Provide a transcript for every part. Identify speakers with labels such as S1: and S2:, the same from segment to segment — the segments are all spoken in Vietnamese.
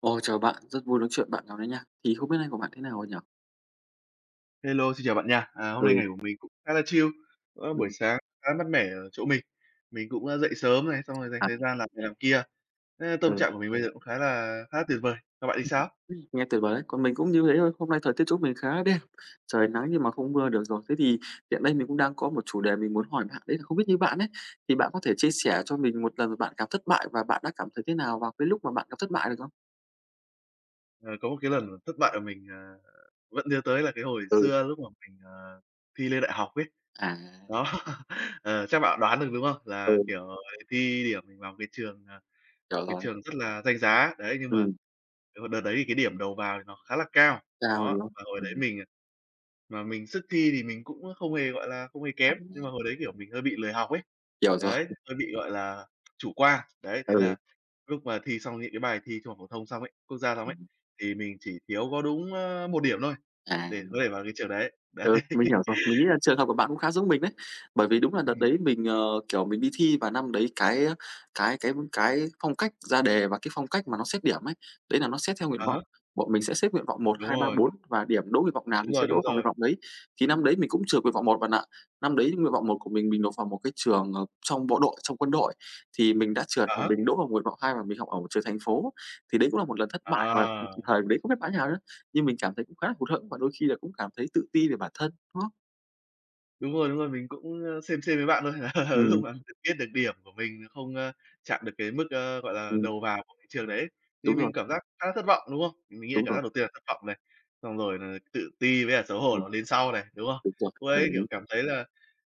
S1: Ồ, chào bạn, rất vui nói chuyện bạn nào đấy nha. Thì không biết nay của bạn thế nào rồi nhỉ?
S2: Hello, xin chào bạn nha. À, hôm nay
S1: Ừ,
S2: ngày của mình cũng khá là chill, buổi
S1: ừm,
S2: sáng khá mát mẻ ở chỗ mình. Mình cũng, dậy sớm này, xong rồi dành
S1: à,
S2: thời gian làm này làm kia, thế tâm
S1: ừ.
S2: trạng của mình bây giờ cũng khá là tuyệt vời. Các bạn thì sao?
S1: Nghe tuyệt vời đấy, còn mình cũng như thế thôi. Hôm nay thời tiết chỗ mình khá là đẹp, trời nắng nhưng mà không mưa được rồi. Thế thì hiện nay mình cũng đang có một chủ đề mình muốn hỏi bạn, đấy là không biết như bạn ấy, thì bạn có thể chia sẻ cho mình một lần mà bạn cảm thất bại và bạn đã cảm thấy thế nào vào cái lúc mà bạn gặp thất bại được không?
S2: Ờ, có một cái lần thất bại của mình, vẫn nhớ tới là cái hồi
S1: Ừ.
S2: xưa lúc mà mình, thi lên đại học ấy.
S1: À.
S2: Đó, chắc bạn đoán được, đúng không? Là,
S1: Ừ.
S2: kiểu, thi điểm mình vào cái trường, một
S1: Hiểu
S2: cái
S1: rồi.
S2: trường rất là danh giá, đấy, nhưng mà
S1: Ừm.
S2: đợt đấy thì cái điểm đầu vào thì nó khá là cao,
S1: Sao,
S2: đó,
S1: đúng không?
S2: và hồi đấy mình, mà mình sức thi thì mình cũng không hề, gọi là, không hề
S1: À,
S2: kém, nhưng mà hồi đấy, kiểu, mình hơi bị lười học ấy.
S1: hiểu rồi.
S2: Đấy, hơi bị, gọi là, chủ quan. Đấy, thế là
S1: Ừ.
S2: lúc mà thi xong những cái bài thi trung học phổ thông xong ấy, quốc gia xong ấy, thì mình chỉ thiếu có đúng, 1 điểm thôi
S1: À.
S2: để có thể vào cái trường đấy.
S1: Ừ, mình hiểu
S2: Đấy.
S1: rồi. Mình nghĩ là trường hợp của bạn cũng khá giống mình đấy. Bởi vì đúng là đợt
S2: Ừm,
S1: đấy mình, kiểu, mình đi thi và năm đấy cái ờ, cái phong cách ra đề và cái phong cách mà nó xét điểm ấy, đấy là nó xét theo nguyện
S2: à
S1: vọng.
S2: há,
S1: Bọn mình sẽ xếp nguyện vọng một
S2: đúng
S1: 2 3
S2: rồi,
S1: 4 và điểm đỗ nguyện vọng nào
S2: đúng
S1: thì
S2: rồi,
S1: sẽ
S2: đúng
S1: đỗ vào nguyện
S2: rồi.
S1: vọng đấy. Thì năm đấy mình cũng trượt nguyện vọng một bạn ạ. Năm đấy nguyện vọng một của mình nộp vào một cái trường, trong bộ đội, trong quân đội, thì mình đã trượt
S2: À
S1: và
S2: há,
S1: mình đỗ vào nguyện vọng 2 và mình học ở một trường thành phố. Thì đấy cũng là một lần thất bại và
S2: à.
S1: thời đấy không biết bạn như nào nhưng mình cảm thấy cũng khá là hụt hẫng và đôi khi là cũng cảm thấy tự ti về bản thân, đúng không?
S2: Đúng rồi, mình cũng, xem với bạn thôi, là lúc
S1: Ừm,
S2: mà biết được điểm của mình không, chạm được cái mức, gọi là,
S1: ừm,
S2: đầu vào của cái trường đấy, thì
S1: đúng
S2: mình
S1: rồi,
S2: cảm giác khá là thất vọng, đúng không? Mình nghĩ là
S1: đúng
S2: cảm
S1: rồi,
S2: giác đầu tiên là thất vọng này, xong rồi là tự ti với cả xấu hổ
S1: ừm,
S2: nó đến sau này, đúng không?
S1: đúng rồi,
S2: Lúc ấy,
S1: đồng
S2: kiểu,
S1: ý.
S2: cảm thấy là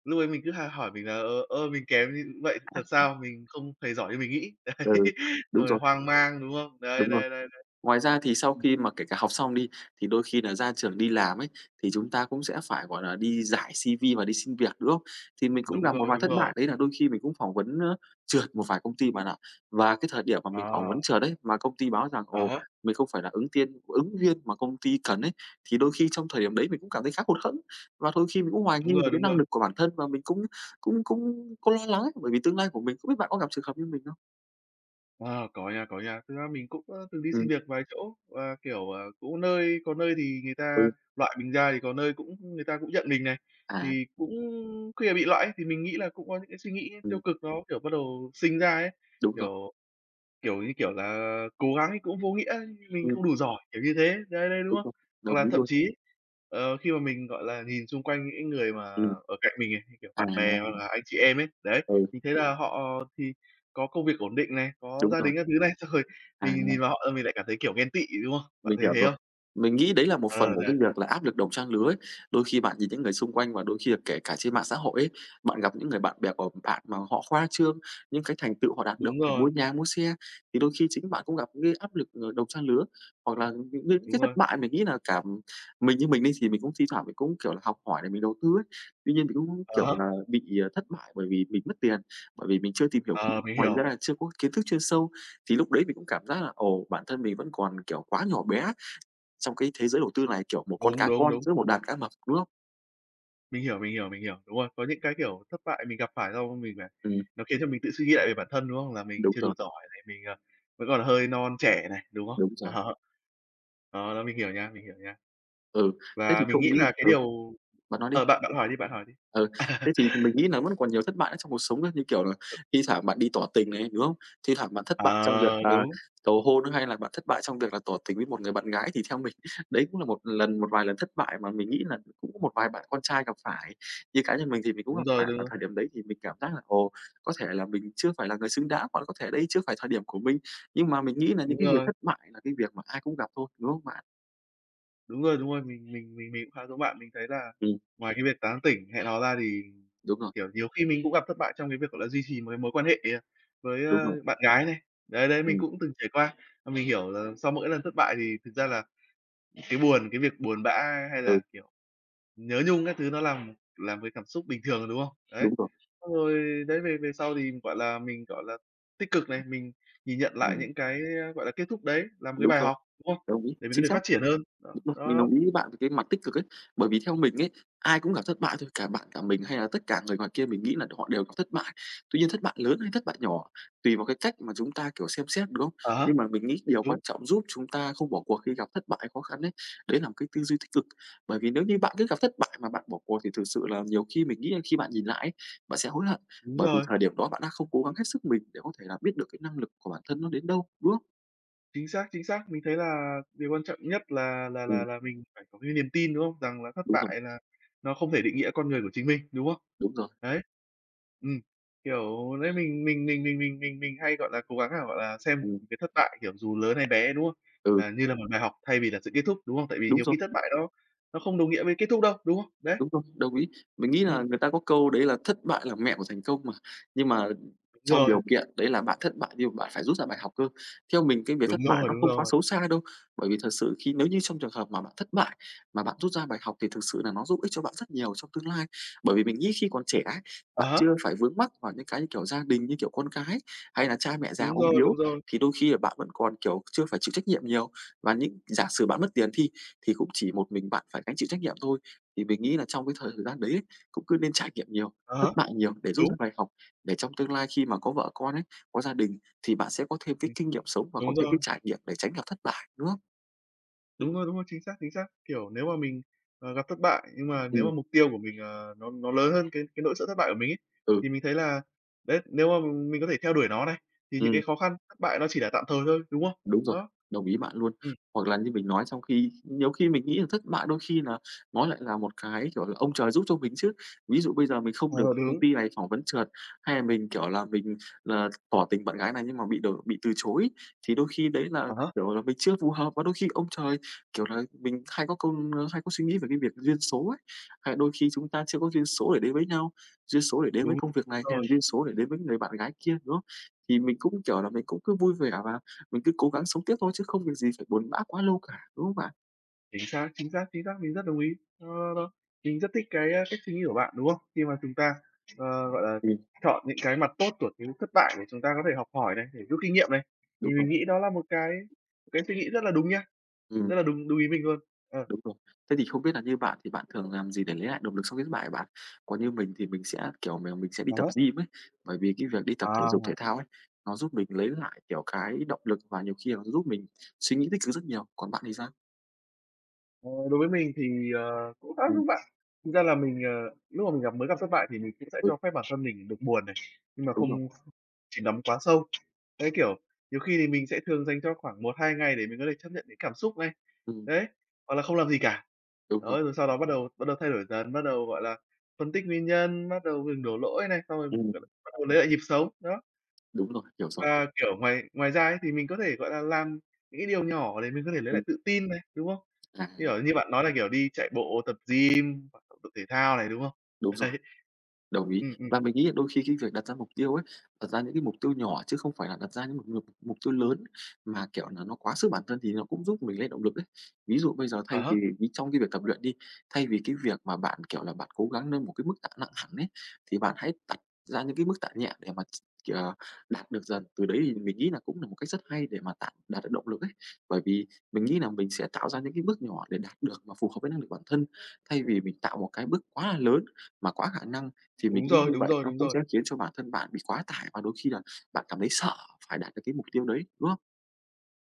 S2: lúc ấy mình cứ hay hỏi mình là "Mình kém như vậy
S1: À.
S2: thật sao? Mình không hề giỏi như mình nghĩ."
S1: Ừ,
S2: Đấy,
S1: đúng
S2: xong rồi
S1: rồi,
S2: hoang mang, đúng không? Đấy,
S1: đúng rồi.
S2: đấy, đấy, đấy.
S1: Ngoài ra thì sau khi mà kể cả học xong đi, thì đôi khi là ra trường đi làm ấy, thì chúng ta cũng sẽ phải, gọi là, đi rải CV và đi xin việc, đúng không? Thì mình cũng
S2: Đúng
S1: gặp một
S2: rồi,
S1: vài
S2: đúng
S1: thất
S2: rồi.
S1: bại, đấy là đôi khi mình cũng phỏng vấn, trượt một vài công ty bạn ạ. Và cái thời điểm mà mình phỏng
S2: Ờ,
S1: vấn trượt đấy mà công ty báo rằng,
S2: À
S1: ồ,
S2: há,
S1: mình không phải là ứng viên mà công ty cần ấy, thì đôi khi trong thời điểm đấy mình cũng cảm thấy khá hụt hẫng, và đôi khi mình cũng hoài nghi
S2: đúng
S1: về
S2: rồi,
S1: cái
S2: đúng
S1: năng
S2: rồi.
S1: lực của bản thân và mình cũng cũng cũng có lo lắng ấy, bởi vì tương lai của mình. Không biết bạn có gặp trường hợp như mình không?
S2: Ờ, có nha, có nha. Thực ra mình cũng, từng đi xin
S1: Ừm,
S2: việc vài chỗ và, kiểu, cũng nơi có nơi thì người ta
S1: ừ,
S2: loại mình ra, thì có nơi cũng người ta cũng nhận mình này.
S1: à,
S2: Thì cũng khi mà bị loại ấy, thì mình nghĩ là cũng có những cái suy nghĩ tiêu
S1: ừm,
S2: cực nó, kiểu, bắt đầu sinh ra ấy,
S1: đúng rồi.
S2: kiểu Kiểu như kiểu là cố gắng thì cũng vô nghĩa mình
S1: Ừ.
S2: không đủ giỏi, kiểu như thế, đấy, đấy, đúng
S1: Đúng
S2: không?
S1: rồi,
S2: Hoặc
S1: đồng
S2: là
S1: ý
S2: thậm
S1: luôn.
S2: chí, khi mà mình, gọi là, nhìn xung quanh những cái người mà
S1: Ừm,
S2: ở cạnh mình này, như kiểu
S1: à,
S2: bạn bè hoặc là anh chị em ấy, đấy,
S1: ừ,
S2: mình thấy là họ thì có công việc ổn định này, có
S1: đúng
S2: gia
S1: rồi,
S2: đình các thứ này, xong rồi
S1: à.
S2: mình nhìn vào họ là mình lại cảm thấy, kiểu, ghen tị, đúng không? Bạn
S1: Mình
S2: thấy
S1: hiểu
S2: thế
S1: rồi.
S2: không?
S1: Mình nghĩ đấy là một phần
S2: Ờ,
S1: của
S2: đấy,
S1: cái việc là áp lực đồng trang lứa ấy. Đôi khi bạn nhìn những người xung quanh và đôi khi là kể cả trên mạng xã hội ấy, bạn gặp những người bạn bè của bạn mà họ khoa trương những cái thành tựu họ đạt được,
S2: đúng
S1: phải mua
S2: rồi,
S1: nhà, mua xe, thì đôi khi chính bạn cũng gặp những cái áp lực, đồng trang lứa. Hoặc là những
S2: đúng
S1: cái
S2: rồi.
S1: thất bại mình nghĩ là cả mình như mình đi thì mình cũng thi thoảng mình cũng, kiểu là, học hỏi để mình đầu tư ấy. Tuy nhiên mình cũng,
S2: À
S1: kiểu
S2: há,
S1: là, bị, thất bại bởi vì mình mất tiền, bởi vì mình chưa tìm hiểu kỹ,
S2: ờ, mình
S1: ngoài ra
S2: hiểu,
S1: là chưa có kiến thức chuyên sâu. Thì lúc đấy mình cũng cảm giác là, ồ, bản thân mình vẫn còn, kiểu, quá nhỏ bé trong cái thế giới đầu tư này, kiểu, một con
S2: đúng,
S1: cá
S2: đúng,
S1: con
S2: đúng.
S1: giữa một đàn cá mập, đúng không?
S2: Mình hiểu, mình hiểu, mình hiểu. Đúng rồi, có những cái, kiểu, thất bại mình gặp phải xong mình phải
S1: Ừm,
S2: nó khiến cho mình tự suy nghĩ lại về bản thân, đúng không? Là mình
S1: đúng
S2: chưa đủ
S1: rồi,
S2: giỏi này, mình, vẫn còn hơi non trẻ này, đúng không?
S1: đúng
S2: Đó,
S1: rồi.
S2: đó, đó, mình hiểu nha, mình hiểu nha.
S1: Ừ, thế
S2: Và
S1: thì
S2: mình
S1: không
S2: nghĩ
S1: biết
S2: là cái
S1: ừ,
S2: điều
S1: bạn nói đi.
S2: bạn bạn hỏi đi, bạn hỏi đi.
S1: Ừ, thế thì mình nghĩ là vẫn còn nhiều thất bại nữa trong cuộc sống á, như kiểu là thi thoảng bạn đi tỏ tình này, đúng không? Thi thoảng bạn thất bại trong việc,
S2: Ờ,
S1: là
S2: đúng,
S1: cầu hôn hay là bạn thất bại trong việc là tỏ tình với một người bạn gái thì theo mình đấy cũng là một lần một vài lần thất bại mà mình nghĩ là cũng có một vài bạn con trai gặp phải. Như cá nhân mình thì mình cũng
S2: đúng
S1: gặp
S2: rồi,
S1: phải
S2: đúng,
S1: vào
S2: rồi,
S1: thời điểm đấy thì mình cảm giác là, ồ, có thể là mình chưa phải là người xứng đáng, hoặc là có thể đây chưa phải thời điểm của mình. Nhưng mà mình nghĩ là
S2: đúng
S1: những cái việc
S2: rồi.
S1: thất bại là cái việc mà ai cũng gặp thôi, đúng không bạn?
S2: Đúng rồi, đúng rồi, mình cũng khá giống bạn. Mình thấy là
S1: Ừm,
S2: ngoài cái việc tán tỉnh, hẹn hò ra thì,
S1: đúng rồi,
S2: kiểu, nhiều khi mình cũng gặp thất bại trong cái việc, gọi là, duy trì một cái mối quan hệ, với,
S1: đúng rồi,
S2: bạn gái này. Đấy, đấy, mình
S1: ừm,
S2: cũng từng trải qua, và mình hiểu là sau mỗi lần thất bại thì thực ra là cái buồn, cái việc buồn bã hay
S1: ừ,
S2: là, kiểu, nhớ nhung các thứ nó làm cái cảm xúc bình thường, đúng không? Đấy,
S1: đúng rồi,
S2: xong rồi đấy, về về sau thì, gọi là, mình, gọi là, tích cực này, mình nhìn nhận
S1: à,
S2: lại những cái, gọi là, kết thúc đấy là một cái
S1: đúng
S2: bài
S1: rồi,
S2: học, đúng không?
S1: đồng ý,
S2: Để mình
S1: chính
S2: có thể
S1: xác.
S2: phát triển hơn. Đó,
S1: Đúng rồi, mình
S2: đó.
S1: đồng ý với bạn về cái mặt tích cực ấy. Bởi vì theo mình ấy, ai cũng gặp thất bại thôi, cả bạn, cả mình hay là tất cả người ngoài kia mình nghĩ là họ đều gặp thất bại. Tuy nhiên thất bại lớn hay thất bại nhỏ, tùy vào cái cách mà chúng ta, kiểu, xem xét, đúng không?
S2: À há,
S1: Nhưng mà mình nghĩ điều quan
S2: đúng.
S1: trọng giúp chúng ta không bỏ cuộc khi gặp thất bại, khó khăn ấy, đấy là một cái tư duy tích cực. Bởi vì nếu như bạn cứ gặp thất bại mà bạn bỏ cuộc thì thực sự là nhiều khi mình nghĩ là khi bạn nhìn lại ấy, bạn sẽ hối hận,
S2: Đúng
S1: bởi vì
S2: rồi,
S1: thời điểm đó bạn đã không cố gắng hết sức mình để có thể là biết được cái năng lực của bản thân nó đến đâu, đúng không?
S2: chính xác, chính xác. Mình thấy là điều quan trọng nhất là là là
S1: Ừm,
S2: là mình phải có cái niềm tin, đúng không? Rằng là thất
S1: đúng rồi,
S2: bại là nó không thể định nghĩa con người của chính mình, đúng không?
S1: đúng rồi,
S2: Đấy. Ừm, kiểu, đấy, mình hay, gọi là, cố gắng là, gọi là, xem
S1: ừm,
S2: cái thất bại, kiểu, dù lớn hay bé, đúng không?
S1: ừ,
S2: Là như là một bài học thay vì là sự kết thúc, đúng không? Tại vì
S1: đúng
S2: nhiều
S1: rồi.
S2: khi thất bại đó nó không đồng nghĩa với kết thúc đâu, đúng không? Đấy,
S1: Đúng rồi, đồng ý. Mình nghĩ là
S2: ừm,
S1: người ta có câu đấy là "Thất bại là mẹ của thành công" mà, nhưng mà
S2: đúng
S1: trong
S2: rồi,
S1: điều kiện đấy là bạn thất bại nhưng mà bạn phải rút ra bài học cơ. Theo mình cái việc
S2: đúng
S1: thất bại
S2: rồi,
S1: nó
S2: đúng
S1: không quá
S2: rồi.
S1: xấu xa đâu, bởi vì thật sự khi nếu như trong trường hợp mà bạn thất bại mà bạn rút ra bài học thì thực sự là nó giúp ích cho bạn rất nhiều trong tương lai. Bởi vì mình nghĩ khi còn trẻ ấy, bạn chưa
S2: À
S1: phải vướng mắc vào những cái như kiểu gia đình, như kiểu con cái, hay là cha mẹ già
S2: đúng
S1: ốm
S2: rồi,
S1: yếu,
S2: đúng rồi.
S1: thì đôi khi là bạn vẫn còn, kiểu, chưa phải chịu trách nhiệm nhiều. Và những giả sử bạn mất tiền thì cũng chỉ một mình bạn phải gánh chịu trách nhiệm thôi. Thì mình nghĩ là trong cái thời gian đấy ấy, cũng cứ nên trải nghiệm nhiều,
S2: À
S1: thất bại nhiều để rút
S2: đúng,
S1: ra bài học, để trong tương lai khi mà có vợ con ấy, có gia đình thì bạn sẽ có thêm cái
S2: ừm,
S1: kinh nghiệm sống và có
S2: đúng
S1: thêm
S2: rồi.
S1: cái trải nghiệm để tránh gặp thất bại nữa.
S2: Đúng rồi, đúng rồi, chính xác, chính xác. Kiểu, nếu mà mình, gặp thất bại, nhưng mà nếu mà
S1: Ừm,
S2: mục tiêu của mình, nó lớn hơn cái nỗi sợ thất bại của mình ấy, thì
S1: ừ,
S2: mình thấy là đấy, nếu mà mình có thể theo đuổi nó này, thì những cái
S1: ừ.
S2: khó khăn, thất bại nó chỉ là tạm thời thôi, đúng không?
S1: Đúng rồi,
S2: Đó.
S1: đồng ý bạn luôn.
S2: Ừm,
S1: Hoặc là như mình nói trong khi nhiều khi mình nghĩ là thất bại đôi khi là nó lại là một cái, kiểu là, ông trời giúp cho mình chứ. Ví dụ bây giờ mình không
S2: ờ,
S1: được công
S2: đúng,
S1: ty này phỏng vấn trượt, hay là mình, kiểu là, mình là tỏ tình bạn gái này nhưng mà bị từ chối, thì đôi khi đấy
S2: à
S1: là,
S2: há,
S1: kiểu là, mình chưa phù hợp và đôi khi ông trời, kiểu là, mình hay có câu hay có suy nghĩ về cái việc duyên số ấy. Hay đôi khi chúng ta chưa có duyên số để đến với nhau, duyên số để đến với
S2: đúng
S1: công việc này hay
S2: rồi,
S1: là duyên số để đến với người bạn gái kia, đúng không? Thì mình cũng, kiểu là, mình cũng cứ vui vẻ và mình cứ cố gắng sống tiếp thôi chứ không việc gì phải buồn bã quá lâu cả, đúng không bạn?
S2: chính xác, chính xác, chính xác, mình rất đồng ý. Ờ, đó, mình rất thích cái, cách suy nghĩ của bạn, đúng không? Khi mà chúng ta, ờ, gọi là,
S1: Thì
S2: chọn những cái mặt tốt của cái thất bại để chúng ta có thể học hỏi này, để rút kinh nghiệm này, thì
S1: đúng rồi,
S2: mình nghĩ đó là một cái suy nghĩ rất là đúng nha.
S1: ừm,
S2: Rất là đúng đúng ý mình luôn. Ờ.
S1: đúng rồi. Thế thì không biết là như bạn thì bạn thường làm gì để lấy lại động lực sau cái thất bại hả bạn? Còn như mình thì mình sẽ, kiểu, mình sẽ đi
S2: À
S1: tập
S2: há.
S1: gym ấy, bởi vì cái việc đi tập thể
S2: À.
S1: dục thể thao ấy, nó giúp mình lấy lại, kiểu, cái động lực và nhiều khi là nó giúp mình suy nghĩ tích cực rất nhiều. Còn bạn thì sao?
S2: Ờ, đối với mình thì, cũng khá là
S1: Ừm,
S2: bạn. Thực ra là mình, lúc mà mình mới gặp thất bại thì mình cũng sẽ
S1: đúng,
S2: cho phép bản thân mình được buồn này, nhưng mà
S1: đúng rồi,
S2: không chìm đắm quá sâu. Đấy, kiểu, nhiều khi thì mình sẽ thường dành cho khoảng một hai ngày để mình có thể chấp nhận cái cảm xúc này,
S1: ừm,
S2: đấy, hoặc là không làm gì cả.
S1: đúng rồi,
S2: Đó, rồi sau đó bắt đầu thay đổi dần, bắt đầu, gọi là, phân tích nguyên nhân, bắt đầu mình đổ lỗi này, xong rồi gọi
S1: ừm,
S2: là, bắt đầu lấy lại nhịp sống, đó.
S1: đúng rồi, hiểu rồi,
S2: Và, kiểu, ngoài ngoài ra ấy thì mình có thể, gọi là, làm những cái điều nhỏ để mình có thể lấy lại
S1: ừm,
S2: tự tin này, đúng không?
S1: à,
S2: Kiểu như bạn nói là, kiểu, đi chạy bộ, tập gym, hoặc tập thể thao này, đúng không?
S1: đúng rồi.
S2: Đấy.
S1: Đồng ý.
S2: Ừm, ừm,
S1: Và mình nghĩ là đôi khi cái việc đặt ra mục tiêu ấy, đặt ra những cái mục tiêu nhỏ chứ không phải là đặt ra những mục mục mục tiêu lớn mà, kiểu là, nó quá sức bản thân thì nó cũng giúp mình lấy động lực đấy. Ví dụ bây giờ
S2: à
S1: thay vì
S2: há,
S1: ví trong cái việc tập luyện đi, thay vì cái việc mà bạn, kiểu là, bạn cố gắng lên một cái mức tạ nặng hẳn ấy, thì bạn hãy đặt ra những cái mức tạ nhẹ để mà kiểu, đạt được dần. Từ đấy thì mình nghĩ là cũng là một cách rất hay để mà tạo đạt được động lực ấy. Bởi vì mình nghĩ là mình sẽ tạo ra những cái bước nhỏ để đạt được mà phù hợp với năng lực bản thân, thay vì mình tạo một cái bước quá là lớn mà quá khả năng thì mình
S2: đúng
S1: nghĩ
S2: rồi,
S1: như
S2: đúng
S1: vậy
S2: rồi,
S1: nó
S2: đúng
S1: cũng
S2: rồi.
S1: sẽ khiến cho bản thân bạn bị quá tải và đôi khi là bạn cảm thấy sợ phải đạt được cái mục tiêu đấy, đúng không?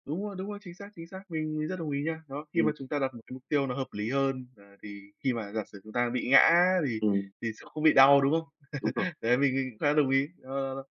S2: Đúng rồi, đúng rồi, chính xác, mình rất đồng ý nha. Đó, khi mà
S1: Ừm,
S2: chúng ta đặt một cái mục tiêu nó hợp lý hơn, thì khi mà giả sử chúng ta bị ngã thì
S1: ừm,
S2: thì sẽ không bị đau, đúng không?
S1: đúng rồi,
S2: Đấy, mình khá đồng ý. Đó, đó, đó.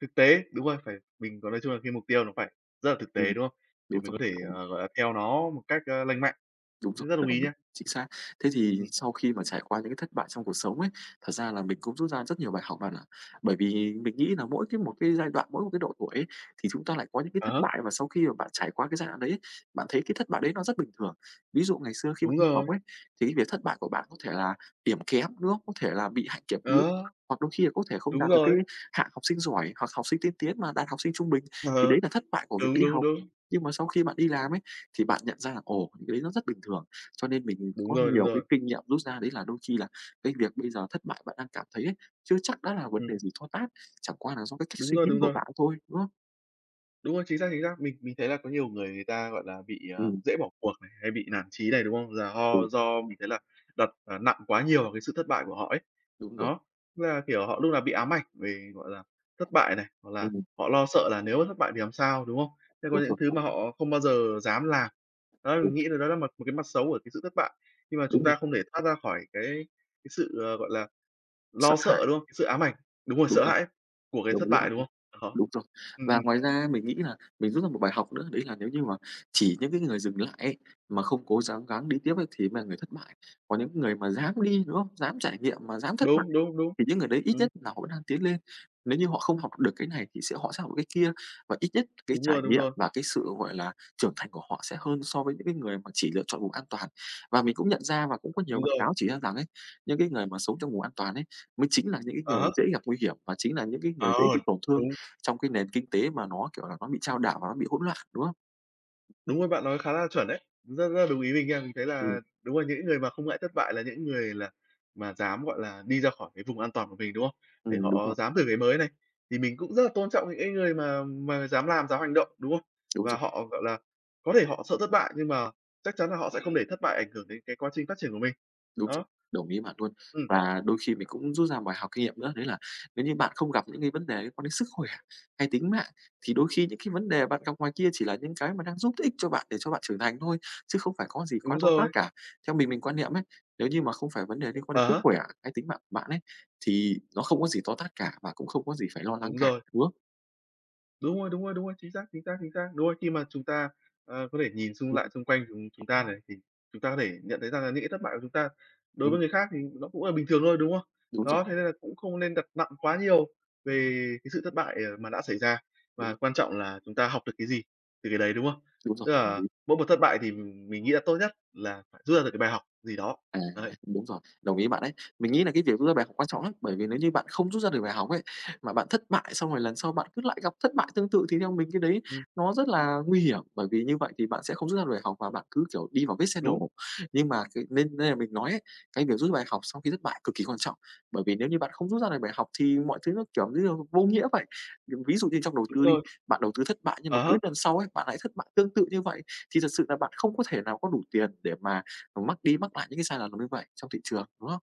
S2: Thực tế, đúng rồi, phải mình có nói chung là cái mục tiêu nó phải rất là thực
S1: ừm,
S2: tế, đúng không? Để
S1: đúng
S2: mình có thể,
S1: rồi.
S2: gọi là, theo nó một cách, lành mạnh,
S1: Đúng rồi,
S2: rất đồng ý
S1: đồng ý,
S2: nha.
S1: chính xác. Thế thì
S2: Ừm,
S1: sau khi mà trải qua những cái thất bại trong cuộc sống ấy, thật ra là mình cũng rút ra rất nhiều bài học bạn ạ. Bởi vì mình nghĩ là mỗi cái một cái giai đoạn, mỗi một cái độ tuổi ấy, thì chúng ta lại có những cái
S2: à
S1: thất
S2: há,
S1: bại và sau khi mà bạn trải qua cái giai đoạn đấy bạn thấy cái thất bại đấy nó rất bình thường. Ví dụ ngày xưa khi bạn
S2: đúng
S1: đi
S2: rồi,
S1: học ấy, thì cái việc thất bại của bạn có thể là điểm kém, đúng không? Có thể là bị hạnh kiểm yếu,
S2: đó,
S1: hoặc đôi khi là có thể không
S2: đúng
S1: đạt được cái
S2: rồi,
S1: hạng học sinh giỏi hoặc học sinh tiên tiến mà đạt học sinh trung bình, thì
S2: ờ,
S1: đấy là thất bại của việc
S2: đúng,
S1: đi
S2: đúng,
S1: học.
S2: đúng.
S1: Nhưng mà sau khi bạn đi làm ấy thì bạn nhận ra là, ồ, những cái đấy nó rất bình thường. Cho nên mình
S2: Đúng
S1: có
S2: rồi, đúng
S1: nhiều cái
S2: rồi,
S1: kinh nghiệm rút ra đấy là đôi khi là cái việc bây giờ thất bại bạn đang cảm thấy ấy, chưa chắc đã là vấn
S2: ừm,
S1: đề gì to tát, chẳng qua là do cái cách
S2: đúng
S1: suy
S2: rồi,
S1: nghĩ
S2: đúng
S1: của
S2: rồi.
S1: bạn thôi, đúng không?
S2: Đúng rồi, chính xác, chính xác. Mình thấy là có nhiều người người ta, gọi là, bị,
S1: Ừm,
S2: dễ bỏ cuộc này, hay bị nản chí này, đúng không? Là
S1: ừ,
S2: ho do mình thấy là đặt, nặng quá nhiều vào cái sự thất bại của họ ấy.
S1: đúng rồi.
S2: Đó, tức là, kiểu, họ lúc nào bị ám ảnh về, gọi là, thất bại này, hoặc là
S1: Ừm,
S2: họ lo sợ là nếu mà thất bại thì làm sao, đúng không? Thế có
S1: đúng
S2: những
S1: rồi.
S2: thứ mà họ không bao giờ dám làm. Đó,
S1: Ừ,
S2: mình nghĩ là đó là mặt một cái mặt xấu của cái sự thất bại, nhưng mà chúng
S1: đúng rồi,
S2: ta không thể thoát ra khỏi cái sự, gọi là,
S1: sợ
S2: lo
S1: hãi,
S2: sợ, đúng không? Cái sự ám ảnh, đúng rồi,
S1: đúng
S2: sợ
S1: rồi.
S2: hãi của cái
S1: Đồng
S2: thất
S1: ý với
S2: bại,
S1: bạn
S2: đúng
S1: luôn.
S2: không? Đó.
S1: Đúng rồi.
S2: Ừm,
S1: Và
S2: ừm.
S1: ngoài ra mình nghĩ là mình rút ra một bài học nữa, đấy là nếu như mà chỉ những cái người dừng lại ấy, mà không cố gắng gắng đi tiếp ấy thì mới là người thất bại. Còn những người mà dám đi, đúng không? Dám trải nghiệm mà dám thất bại
S2: Đúng, đúng, đúng.
S1: thì những người đấy ít
S2: Ừm,
S1: nhất là họ vẫn đang tiến lên. Nếu như họ không học được cái này thì họ sẽ học được cái kia, và ít nhất cái
S2: đúng
S1: trải
S2: rồi, đúng
S1: nghiệm
S2: rồi,
S1: và cái sự, gọi là, trưởng thành của họ sẽ hơn so với những cái người mà chỉ lựa chọn vùng an toàn. Và mình cũng nhận ra và cũng có nhiều
S2: đúng
S1: báo
S2: rồi.
S1: cáo chỉ ra rằng ấy, những cái người mà sống trong vùng an toàn ấy mới chính là những cái
S2: À há,
S1: người dễ gặp nguy hiểm và chính là những cái người dễ
S2: ờ,
S1: bị tổn thương
S2: đúng,
S1: trong cái nền kinh tế mà nó, kiểu là, nó bị chao đảo và nó bị hỗn loạn, đúng không?
S2: đúng rồi, bạn nói khá là chuẩn đấy. Rất rất là đúng ý mình nha. Mình thấy
S1: Ừm,
S2: là đúng là những người mà không ngại thất bại là những người là mà dám, gọi là, đi ra khỏi cái vùng an toàn của mình, đúng không? Để
S1: đúng
S2: họ
S1: rồi,
S2: dám thử cái mới này. Thì mình cũng rất là tôn trọng những cái người mà dám làm, dám hành động, đúng không?
S1: đúng
S2: Và
S1: rồi,
S2: họ, gọi là, có thể họ sợ thất bại nhưng mà chắc chắn là họ sẽ không để thất bại ảnh hưởng đến cái quá trình phát triển của mình.
S1: đúng rồi,
S2: Đó,
S1: đồng ý bạn luôn.
S2: ừm,
S1: Và đôi khi mình cũng rút ra bài học kinh nghiệm nữa đấy là nếu như bạn không gặp những cái vấn đề liên quan đến sức khỏe hay tính mạng, thì đôi khi những cái vấn đề bạn gặp ngoài kia chỉ là những cái mà đang giúp ích cho bạn để cho bạn trưởng thành thôi, chứ không phải có gì quá
S2: đúng
S1: to tát
S2: rồi.
S1: cả. Theo mình quan niệm ấy, nếu như mà không phải vấn đề liên quan
S2: À
S1: đến sức
S2: há,
S1: khỏe hay tính mạng của bạn ấy, thì nó không có gì to tát cả và cũng không có gì phải lo lắng
S2: đúng
S1: cả,
S2: rồi.
S1: đúng không?
S2: Đúng rồi, đúng rồi, đúng rồi, chính xác, chính xác, chính xác. Đúng rồi, khi mà chúng ta, có thể nhìn xung lại
S1: Ừm,
S2: xung quanh chúng chúng ta này, thì chúng ta có thể nhận thấy rằng là những cái thất bại của chúng ta đối
S1: ừm,
S2: với người khác thì nó cũng là bình thường thôi, đúng không?
S1: đúng rồi,
S2: Đó, thế nên là cũng không nên đặt nặng quá nhiều về cái sự thất bại, mà đã xảy ra,
S1: đúng,
S2: mà quan trọng là chúng ta học được cái gì từ cái đấy, đúng không?
S1: đúng rồi.
S2: Tức là mỗi một thất bại thì mình nghĩ là tốt nhất là phải rút ra được cái bài học gì đó.
S1: À,
S2: Đấy,
S1: đúng rồi, đồng ý bạn ấy. Mình nghĩ là cái việc rút ra bài học quan trọng lắm, bởi vì nếu như bạn không rút ra được bài học ấy, mà bạn thất bại xong rồi lần sau bạn cứ lại gặp thất bại tương tự thì theo mình cái đấy
S2: ừm,
S1: nó rất là nguy hiểm, bởi vì như vậy thì bạn sẽ không rút ra được bài học và bạn cứ, kiểu, đi vào vết xe
S2: đúng,
S1: đổ. Nhưng mà cái nên nên là mình nói ấy, cái việc rút bài học sau khi thất bại cực kỳ quan trọng, bởi vì nếu như bạn không rút ra được bài học thì mọi thứ nó, kiểu như là, vô nghĩa vậy. Ví dụ như trong đầu
S2: đúng
S1: tư đi,
S2: rồi.
S1: bạn đầu tư thất bại nhưng
S2: À
S1: mà cứ
S2: há.
S1: lần sau ấy, bạn lại thất bại tương tự như vậy thì thật sự là bạn không có thể nào có đủ tiền để mà nó mắc đi mắc lại những cái sai lầm như vậy trong thị trường, đúng không?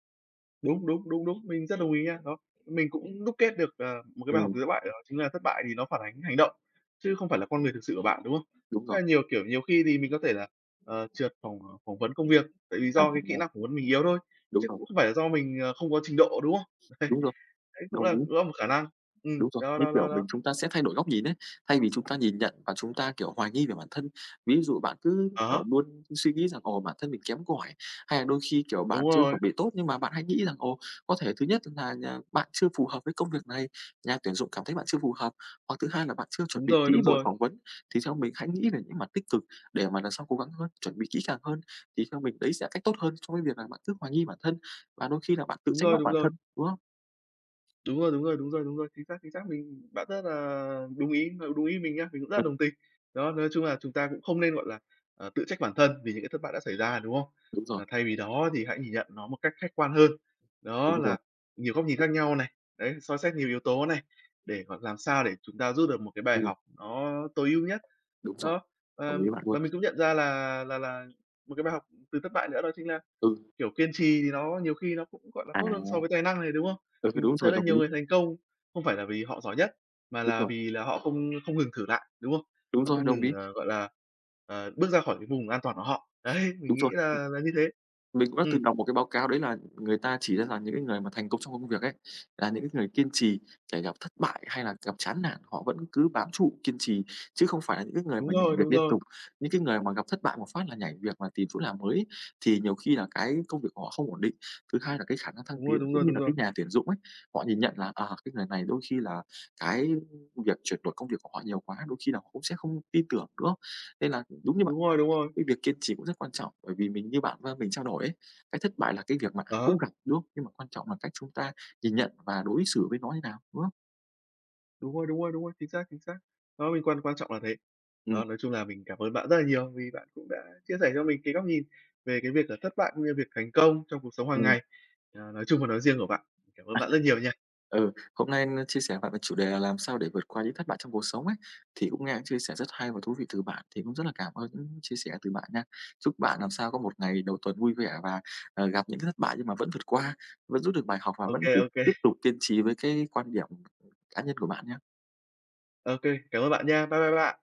S2: Đúng, đúng, đúng, đúng, mình rất đồng ý nha. Đó, mình cũng đúc kết được, một cái bài học
S1: Ừm,
S2: gì giữa bạn, đó chính là thất bại thì nó phản ánh hành động, chứ không phải là con người thực sự của bạn, đúng không?
S1: đúng
S2: Rất là
S1: rồi.
S2: nhiều, kiểu, nhiều khi thì mình có thể là, trượt phỏng vấn công việc, tại vì do cái
S1: Đúng
S2: kỹ
S1: rồi,
S2: năng phỏng vấn mình yếu thôi,
S1: đúng
S2: chứ cũng không phải là do mình, không có trình độ, đúng không? Đấy,
S1: rồi,
S2: đấy cũng
S1: đồng
S2: là
S1: ý.
S2: cũng là một khả năng.
S1: Đúng rồi,
S2: Đó,
S1: như
S2: đó, đó,
S1: kiểu mình
S2: đó.
S1: chúng ta sẽ thay đổi góc nhìn ấy, thay vì chúng ta nhìn nhận và chúng ta, kiểu, hoài nghi về bản thân. Ví dụ bạn cứ,
S2: À
S1: kiểu,
S2: há,
S1: luôn suy nghĩ rằng, ồ, bản thân mình kém cỏi, hay là đôi khi, kiểu, bạn
S2: đúng
S1: chưa
S2: rồi,
S1: chuẩn bị tốt nhưng mà bạn hay nghĩ rằng, ồ, có thể thứ nhất là nhà bạn chưa phù hợp với công việc này, nhà tuyển dụng cảm thấy bạn chưa phù hợp, hoặc thứ hai là bạn chưa chuẩn
S2: đúng
S1: bị
S2: rồi,
S1: kỹ
S2: đúng
S1: buổi
S2: rồi,
S1: phỏng vấn. Thì theo mình hãy nghĩ về những mặt tích cực để mà lần sau cố gắng hơn, chuẩn bị kỹ càng hơn, thì theo mình đấy sẽ là cách tốt hơn so với việc là bạn cứ hoài nghi bản thân và đôi khi là bạn tự
S2: đúng
S1: trách
S2: rồi,
S1: móc
S2: đúng
S1: bản
S2: rồi.
S1: thân, đúng không?
S2: Đúng rồi, đúng rồi, đúng rồi, đúng rồi, chính xác, chính xác. Mình bạn rất là đúng ý mình nhá, mình cũng rất là
S1: Ừ,
S2: đồng tình. Đó, nói chung là chúng ta cũng không nên, gọi là, tự trách bản thân vì những cái thất bại đã xảy ra, đúng không?
S1: đúng rồi,
S2: Ờ, thay vì đó thì hãy nhìn nhận nó một cách khách quan hơn. Đó
S1: đúng rồi,
S2: là nhiều góc nhìn khác nhau này, đấy, soi xét nhiều yếu tố này, để, gọi, làm sao để chúng ta rút được một cái bài
S1: ừm,
S2: học nó tối ưu nhất.
S1: đúng rồi.
S2: Đó,
S1: Đồng ý bạn
S2: và
S1: luôn.
S2: mình cũng nhận ra là một cái bài học từ thất bại nữa đó chính là
S1: Ừ,
S2: kiểu, kiên trì thì nó nhiều khi nó cũng, gọi là,
S1: à,
S2: tốt hơn so với tài năng này, đúng không?
S1: ừ,
S2: Mình
S1: đúng
S2: cũng thấy
S1: rồi,
S2: là
S1: đồng
S2: nhiều
S1: ý.
S2: người thành công không phải là vì họ giỏi nhất, mà
S1: Đúng
S2: là
S1: rồi,
S2: vì là họ không không ngừng thử lại, đúng không?
S1: đúng
S2: Họ
S1: rồi,
S2: không
S1: đồng
S2: ngừng,
S1: ý,
S2: gọi là, bước ra khỏi cái vùng an toàn của họ. Đấy, mình
S1: đúng
S2: nghĩ
S1: rồi.
S2: là như thế.
S1: Mình cũng đã
S2: Ừm,
S1: từng đọc một cái báo cáo đấy là người ta chỉ ra rằng những cái người mà thành công trong công việc ấy, là những cái người kiên trì, kể gặp thất bại hay là gặp chán nản họ vẫn cứ bám trụ kiên trì, chứ không phải là những cái người
S2: đúng
S1: mà nhảy
S2: rồi, đúng
S1: việc liên
S2: rồi.
S1: tục. Những cái người mà gặp thất bại một phát là nhảy việc và tìm chỗ làm mới ấy, thì nhiều khi là cái công việc của họ không ổn định. Thứ hai là cái khả năng thăng
S2: Đúng rồi,
S1: tiến
S2: đúng rồi,
S1: cũng như
S2: đúng
S1: là
S2: rồi.
S1: cái nhà tuyển dụng ấy, họ nhìn nhận là, à, cái người này đôi khi là cái việc chuyển đổi công việc của họ nhiều quá, đôi khi là họ cũng sẽ không tin tưởng nữa. Nên là đúng như bạn
S2: Đúng rồi, đúng rồi.
S1: cái việc kiên trì cũng rất quan trọng, bởi vì mình như bạn và mình trao đổi ấy, cái thất bại là cái việc mà ai
S2: Ờ.
S1: cũng gặp, đúng không? Nhưng mà quan trọng là cách chúng ta nhìn nhận và đối xử với nó như nào, đúng không?
S2: Đúng rồi, đúng rồi, đúng rồi, chính xác, chính xác. Đó, mình quan quan trọng là thế.
S1: Ừm,
S2: Đó, nói chung là mình cảm ơn bạn rất là nhiều vì bạn cũng đã chia sẻ cho mình cái góc nhìn về cái việc là thất bại cũng như việc thành công trong cuộc sống hàng
S1: ừm.
S2: ngày, à, nói chung và nói riêng của bạn. Cảm ơn bạn rất nhiều nha.
S1: Ừ, hôm nay chia sẻ bạn về chủ đề là làm sao để vượt qua những thất bại trong cuộc sống ấy, thì cũng nghe những chia sẻ rất hay và thú vị từ bạn, thì cũng rất là cảm ơn những chia sẻ từ bạn nha. Chúc bạn làm sao có một ngày đầu tuần vui vẻ và, gặp những cái thất bại nhưng mà vẫn vượt qua, vẫn rút được bài học và
S2: Ok,
S1: vẫn cứ
S2: ok,
S1: tiếp
S2: ok,
S1: tục kiên trì với cái quan điểm cá nhân của bạn nha.
S2: cảm ơn bạn nha. Bye bye bạn.